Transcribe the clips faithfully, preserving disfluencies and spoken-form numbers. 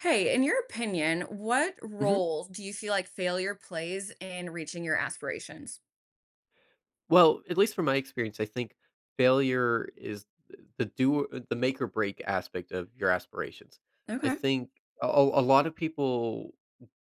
Hey, in your opinion, what Mhm. role do you feel like failure plays in reaching your aspirations? Well, at least from my experience, I think failure is th- the do the make or break aspect of your aspirations. I Okay. think a, a lot of people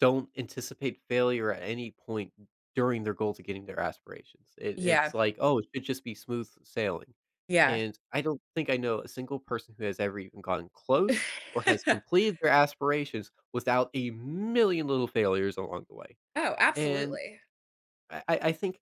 don't anticipate failure at any point during their goal to getting their aspirations. It, it's Yeah. like, oh, it should just be smooth sailing. Yeah. And I don't think I know a single person who has ever even gotten close or has completed their aspirations without a million little failures along the way. Oh, absolutely. I I I think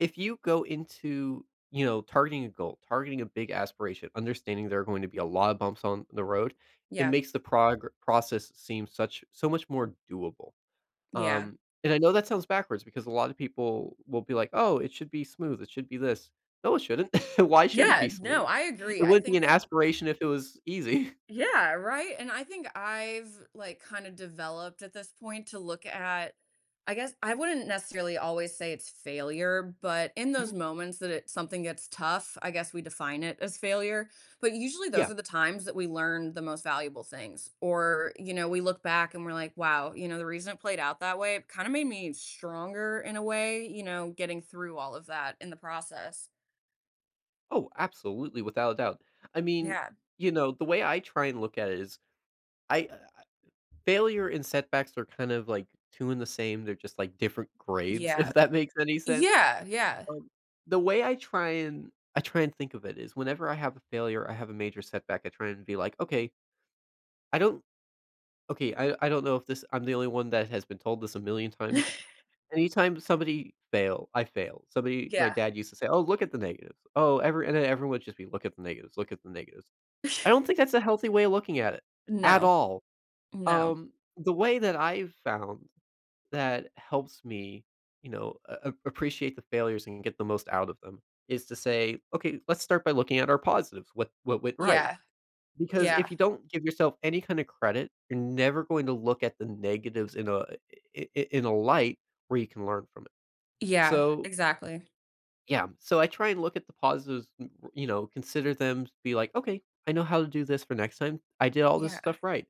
if you go into, you know, targeting a goal, targeting a big aspiration, understanding there are going to be a lot of bumps on the road, it Yeah. makes the prog process seem such so much more doable. Yeah. Um, and I know that sounds backwards because a lot of people will be like, "Oh, it should be smooth. It should be this." No, it shouldn't. Why should it Yeah. be smooth? No, I It agree. I wouldn't be think an the aspiration if it was easy. Yeah, right? And I think I've, like, kinda developed at this point to look at I guess I wouldn't necessarily always say it's failure, but in those moments that it something gets tough, I guess we define it as failure, but usually those Yeah. are the times that we learn the most valuable things, or, you know, we look back and we're like, "Wow, you know, the reason it played out that way, it kinda made me stronger in a way," you know, getting through all of that in the process. Oh, absolutely, without a doubt. I mean, Yeah. you know, the way I try and look at it is I uh, failure and setbacks are kind of like two and the same. They're just like different grades, Yeah. if that makes any sense. Yeah, yeah. Um, the way I try and I try and think of it is whenever I have a failure, I have a major setback, I try and be like, "Okay, I don't okay, I I don't know if this I'm the only one that has been told this a million times." Anytime somebody fail, I fail. Somebody my Yeah. dad used to say, "Oh, look at the negatives. Oh, every," and then everyone would just be, "Look at the negatives, look at the negatives." I don't think that's a healthy way of looking at it at No, all. no. Um, the way that I've found that helps me, you know, a- a- appreciate the failures and get the most out of them is to say, okay, let's start by looking at our positives. What what went right? Yeah, Because if yeah, you don't give yourself any kind of credit, you're never going to look at the negatives in a i- i- in a light where you can learn from it. yeah, So exactly. yeah, so I try and look at the positives, m r you know, consider them, be like, "Okay, I know how to do this for next time. I did all this Yeah, stuff right."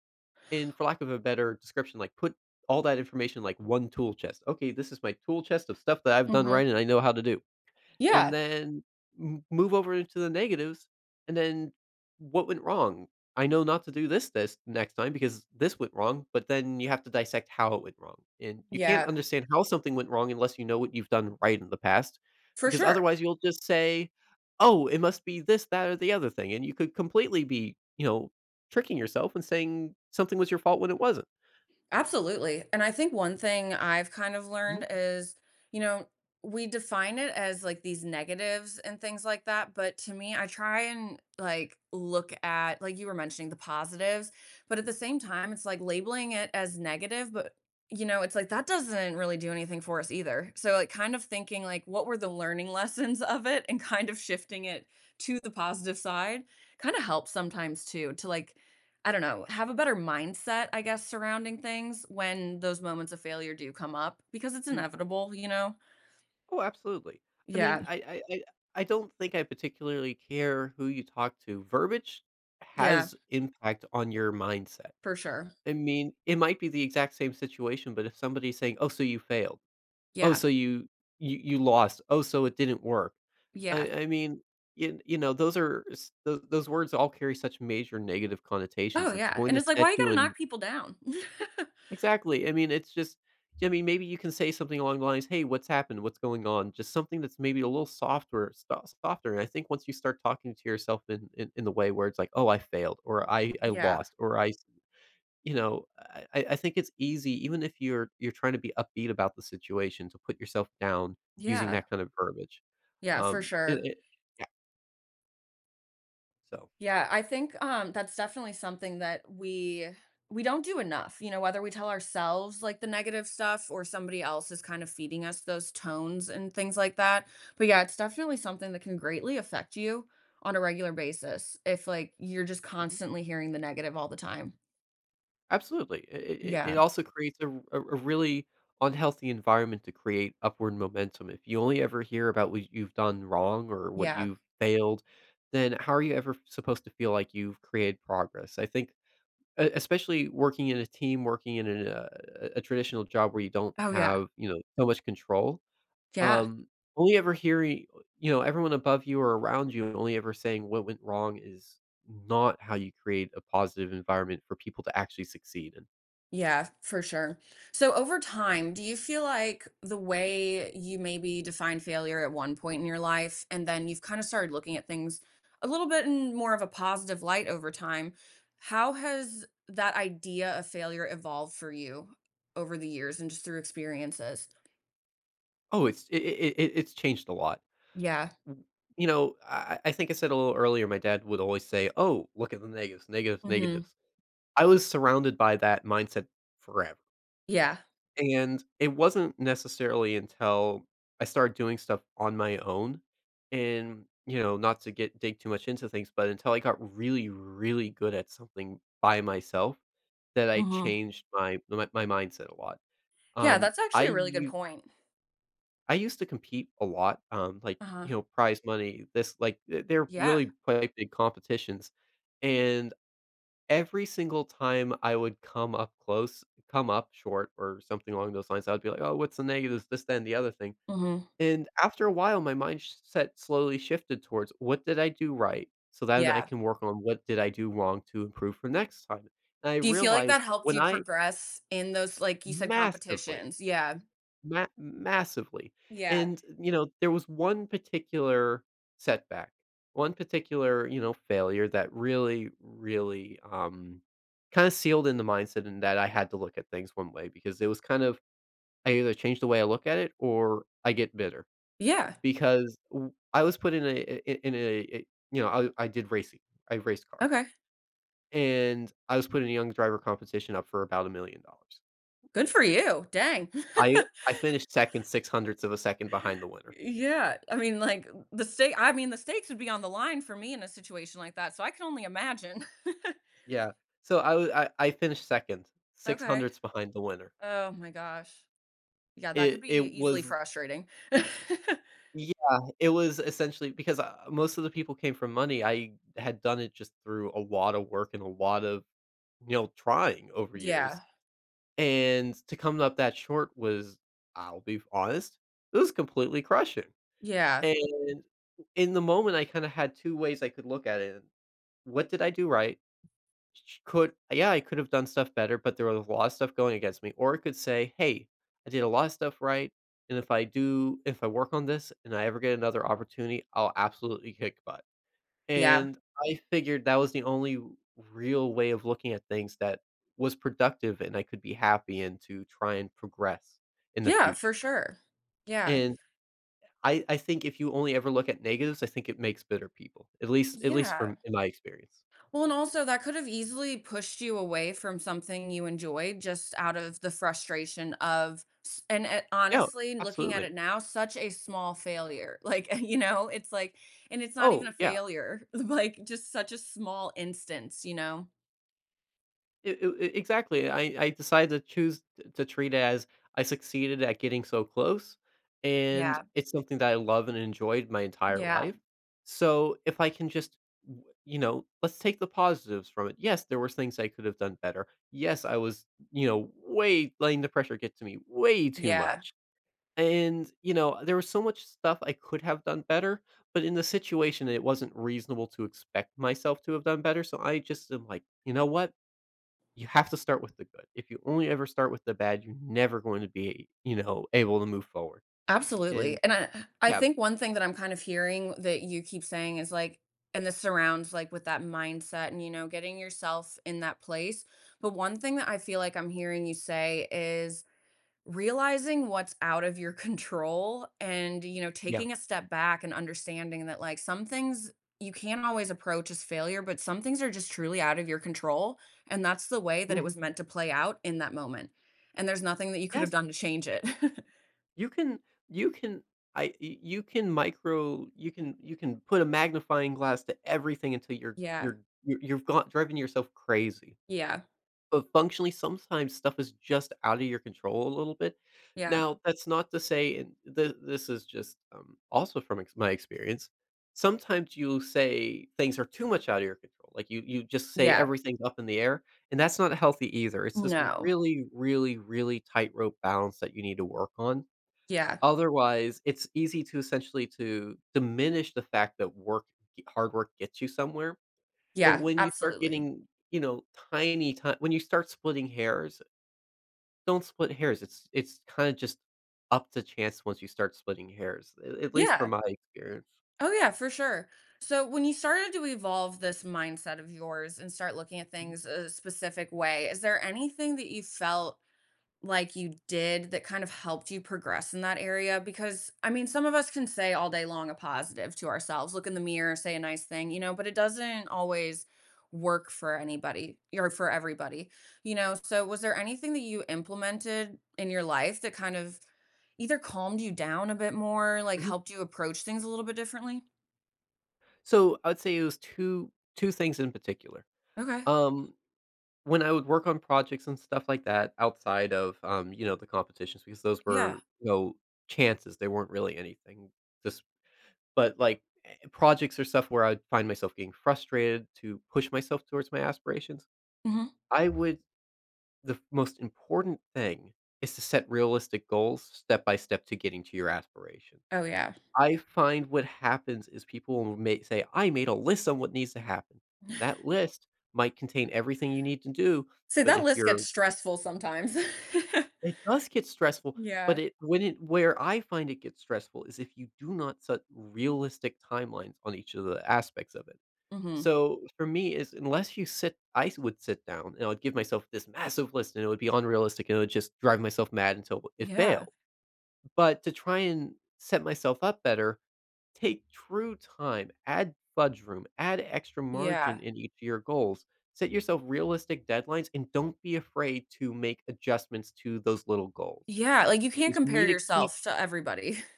And for lack of a better description, like, put all that information in, like, one tool chest. "Okay, this is my tool chest of stuff that I've done mhm. right and I know how to do." And Yeah, then m- move over into the negatives, and then what went wrong. I know not to do this this next time because this went wrong, but then you have to dissect how it went wrong, and you can't yeah, understand how something went wrong unless you know what you've done right in the past, for because sure. otherwise you'll just say, oh, it must be this, that, or the other thing, and you could completely be, you know, tricking yourself and saying something was your fault when it wasn't. Absolutely. And I think one thing I've kind of Mhm. learned is, you know, we define it as like these negatives and things like that. But to me, I try and like look at, like you were mentioning, the positives. But at the same time, it's like labeling it as negative. But, you know, it's like that doesn't really do anything for us either. So, like, kind of thinking, like, what were the learning lessons of it and kind of shifting it to the positive side kind of helps sometimes too, to like, I don't know, have a better mindset, I guess, surrounding things when those moments of failure do come up because it's inevitable, you know? Oh, absolutely. I mean, Yeah. I I I I don't think I particularly care who you talk to. Verbiage Yeah. has impact on your mindset. For sure. I mean, it might be the exact same situation, but if somebody's saying, "Oh, so you failed. Oh, Yeah. so you you you lost. Oh, so it didn't work." Yeah. I I mean, you, you know, those are s- those, those words all carry such major negative connotations. Oh, It's yeah. going And to it's like, set why you got you to in. knock people down? Exactly. I mean, it's just, yeah, I mean, maybe you can say something along the lines, "Hey, what's happened? What's going on?" Just something that's maybe a little softer so softer, and I think once you start talking to yourself in in in the way where it's like, "Oh, I failed," or "I I Yeah. lost," or "I," you know, I I I think it's easy, even if you're you're trying to be upbeat about the situation, to put yourself down using Yeah. that kind of verbiage. Yeah. For Um, and sure. it Yeah, so. Yeah, I think, um, that's definitely something that we we don't do enough, you know, whether we tell ourselves, like, the negative stuff or somebody else is kind of feeding us those tones and things like that, but, yeah, it's definitely something that can greatly affect you on a regular basis if, like, you're just Mhm. constantly hearing the negative all the time. Absolutely. It it it Yeah, also creates a a, a really unhealthy environment to create upward momentum. If you only ever hear about what you've done wrong or what yeah. you've failed, then how are you ever supposed to feel like you've created progress? I think. E especially working in a team, working in an, uh, a a traditional job where you don't Oh, yeah. have, you know, so much control. Yeah. Um, only ever hearing you know, everyone above you or around you and only ever saying what went wrong is not how you create a positive environment for people to actually succeed. And Yeah, for sure. So over time, do you feel like the way you maybe defined failure at one point in your life, and then you've kind of started looking at things a little bit in more of a positive light over time, how has that idea of failure evolved for you over the years and just through experiences? oh, it's it it it it's changed a lot. Yeah. W you know, I I think I said a little earlier, my dad would always say, "Oh, look at the negatives, negatives, Hmm. negatives." I was surrounded by that mindset forever. Yeah. And it wasn't necessarily until I started doing stuff on my own and, you know, not to get dig too much into things, but until I got really, really good at something by myself that I Hmm. changed my my my mindset a lot. Yeah, Um, that's I actually a really good used point. I used to compete a lot, um, like, Uh-huh. you know, prize money, this like, th they're Yeah. really quite big competitions, and every single time I would come up close come up short or something along those lines, I would be like, "Oh, what's the negatives? This, then the other thing." Hmm. And after a while, my mindset slowly shifted towards, "What did I do right?" So then I Yeah. can work on what did I do wrong to improve for next time. And I Do you feel like that realized helped when you I progress in those, like you said, massively. competitions? Yeah. Ma massively, Yeah. and, you know, there was one particular setback, one particular, you know, failure that really, really, um, kinda sealed in the mindset, and that I had to look at things one way because it was kind of I either change the way I look at it or I get bitter Yeah. because w I was put in a, I in a a you know, I I did racing, I raced cars, Okay. and I was put in a young driver competition up for about a million dollars. Good for you. Dang. I I finished second six hundredths of a second behind the winner. Yeah. I mean, like uh, the stake I mean, the stakes would be on the line for me in a situation like that, so I can only imagine. Yeah. So I w I I finished second, six Okay. hundredths behind the winner. Oh my gosh. Yeah, that could It be it easily was frustrating. yeah, it was essentially because, uh, most of the people came from money. I had done it just through a lot of work and a lot of, you know, trying over Yeah. years, and to come up that short was, I'll be honest, it was completely crushing. Yeah. And in the moment, I kinda had two ways I could look at it. What did I do right? Ch could yeah, I could have done stuff better, but there was a lot of stuff going against me, or it could say, "Hey, I did a lot of stuff right, and if I do if I work on this and I ever get another opportunity, I'll absolutely kick butt." Yeah. And I figured that was the only real way of looking at things that was productive, and I could be happy and to try and progress in the Yeah, future. for sure. Yeah. And I I think if you only ever look at negatives, I think it makes bitter people, at least at least from Yeah. in my experience. Well, and also that could have easily pushed you away from something you enjoyed just out of the frustration of s- and uh, Yeah, honestly, looking at absolutely. it now, such a small failure. Like, you know, it's like and it's not even Oh, a yeah. failure. Like just such a small instance, you know. E e e exactly. I I decided to choose t to treat it as I succeeded at getting so close, and Yeah. it's something that I love and enjoyed my entire Yeah. life. So, if I can just, w you know, let's take the positives from it. Yes, there was things I could have done better. Yes, I was, you know, way letting the pressure get to me way too Yeah. much. And, you know, there was so much stuff I could have done better, but in the situation, it wasn't reasonable to expect myself to have done better, so I just am like, "You know what? You have to start with the good. If you only ever start with the bad, you're never going to be, you know, able to move forward. Absolutely, And and I I Yeah, think one thing that I'm kind of hearing that you keep saying is, like and this surrounds, like, with that mindset and, you know, getting yourself in that place, but one thing that I feel like I'm hearing you say is realizing what's out of your control and, you know, yeah. taking a step back and understanding that, like, some things you can't always approach as failure, but some things are just truly out of your control, and that's the way that it Mhm. was meant to play out in that moment, and there's nothing that you could have Yes, done to change it. you can. You can. I y- you can micro, you can you can put a magnifying glass to everything until you're Yeah, you're you're you've got driving yourself crazy. yeah. But functionally, sometimes stuff is just out of your control a little bit. Yeah. Now, that's not to say, and th- this is just, um, also from ex- my experience. Sometimes you say things are too much out of your control, like you you just say Yeah. everything's up in the air, and that's not healthy either. It's this No. really, really, really tightrope balance that you need to work on. Yeah. Otherwise, it's easy to essentially to diminish the fact that work, hard work, gets you somewhere but Yeah, when you start absolutely. getting, you know, tiny time when you start splitting hairs, don't split hairs. It's it's kinda just up to chance once you start splitting hairs, a at least from Yeah. my experience. Oh, yeah, for sure. So when you started to evolve this mindset of yours and start looking at things a specific way, is there anything that you felt like you did that kind of helped you progress in that area? Because, I mean, some of us can say all day long a positive to ourselves, look in the mirror, say a nice thing, you know, but it doesn't always work for anybody or for everybody, you know? So was there anything that you implemented in your life that kind of either calmed you down a bit more, like, Mhm. helped you approach things a little bit differently? So, I'd say it was 2 2 things in particular. Okay, Um, when I would work on projects and stuff like that outside of, um, you know, the competitions because those yeah. were, you know, chances, they weren't really anything. Just but, like, eh, Projects or stuff where I'd find myself getting frustrated to push myself towards my aspirations, Mhm. I would The f most important thing is to set realistic goals step by step to getting to your aspiration. Oh, yeah. I find what happens is people will may say, "I made a list on what needs to happen." That list might contain everything you need to do, See, but that if list you're gets stressful sometimes. it does get stressful, but Yeah. it when it where I find it gets stressful is if you do not set realistic timelines on each of the aspects of it. Mhm. So for me is unless you sit I s- would sit down and I would give myself this massive list and it would be unrealistic and it would just drive myself mad until it Yeah, failed. But to try and set myself up better, take true time, add fudge room, add extra margin yeah, in each of your goals. Set yourself realistic deadlines and don't be afraid to make adjustments to those little goals yeah, like, you can't because you compare need to keep yourself to everybody.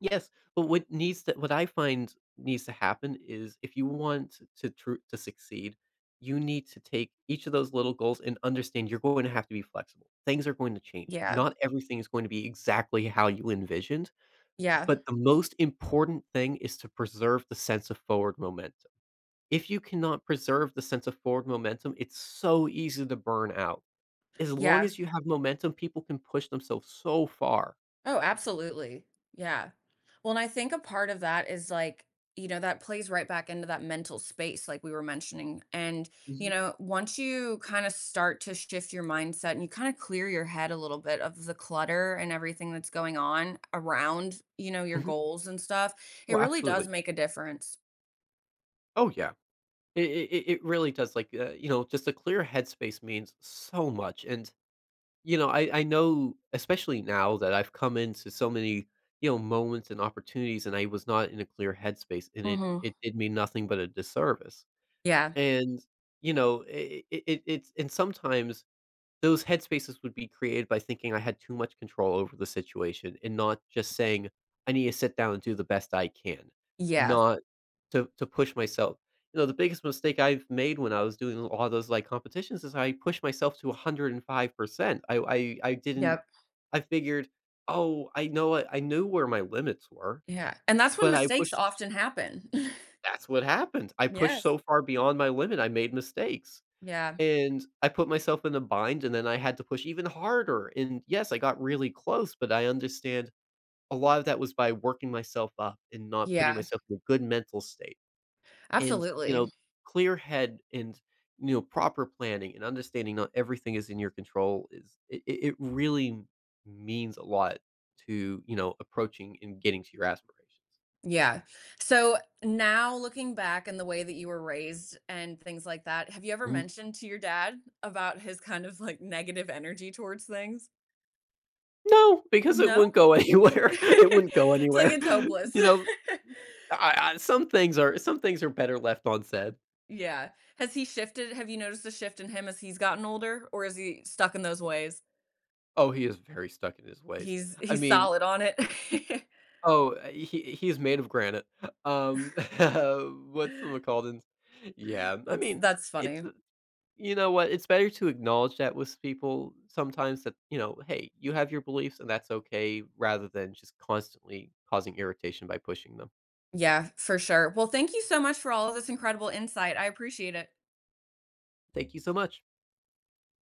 Yes, but what needs to what I find needs to happen is if you want to tr to succeed, you need to take each of those little goals and understand you're going to have to be flexible. Things are going to change. Yeah, Not everything is going to be exactly how you envisioned, yeah, but the most important thing is to preserve the sense of forward momentum. If you cannot preserve the sense of forward momentum, it's so easy to burn out. As long yeah. as you have momentum, people can push themselves so far. Oh, absolutely. Yeah. Well, and I think a part of that is like, you know, that plays right back into that mental space, like we were mentioning. And, you Mhm, know, once you kind of start to shift your mindset and you kind of clear your head a little bit of the clutter and everything that's going on around, you know, your mhm. goals and stuff, it Oh, really absolutely, does yeah. make a difference. Oh, yeah. It it it really does, like, uh, you know, just a clear headspace means so much, and, you know, I I know, especially now that I've come into so many, you know, moments and opportunities, and I was not in a clear headspace, and it Hmm. it did me nothing but a disservice, Yeah. and, you know, it I it it's and sometimes those headspaces would be created by thinking I had too much control over the situation and not just saying, "I need to sit down and do the best I can," Yeah. not to to push myself. You know, the biggest mistake I've made when I was doing a lot of those, like, competitions is I pushed myself to one hundred five percent. I I I didn't Yep. I figured, "Oh, I know it I knew where my limits were," Yeah. And that's when but I mistakes pushed often happen. that's what happened. I pushed Yes. so far beyond my limit, I made mistakes. Yeah. And I put myself in a bind, and then I had to push even harder, and yes, I got really close, but I understand a lot of that was by working myself up and not putting Yeah. myself in a good mental state, and, you Absolutely. know, clear head and, you know, proper planning and understanding not everything is in your control is it it it really means a lot to, you know, approaching and getting to your aspirations. Yeah. So now looking back and the way that you were raised and things like that, have you ever Mhm. mentioned to your dad about his kind of like negative energy towards things? No, because it No? wouldn't go anywhere. It wouldn't go It's like anywhere. it's hopeless. You know? I I some things are some things are better left unsaid. Yeah. Has he shifted? Have you noticed a shift in him as he's gotten older, or is he stuck in those ways? Oh, he is very stuck in his ways. He's I he's mean, solid on it. oh, uh, he he is made of granite. Um, what's the McCaldens? Yeah, I That's mean, that's it's funny. you know what? It's better to acknowledge that with people sometimes that you know, hey, you have your beliefs and that's okay, rather than just constantly causing irritation by pushing them. Yeah, for sure. Well, thank you so much for all of this incredible insight. I appreciate it. Thank you so much.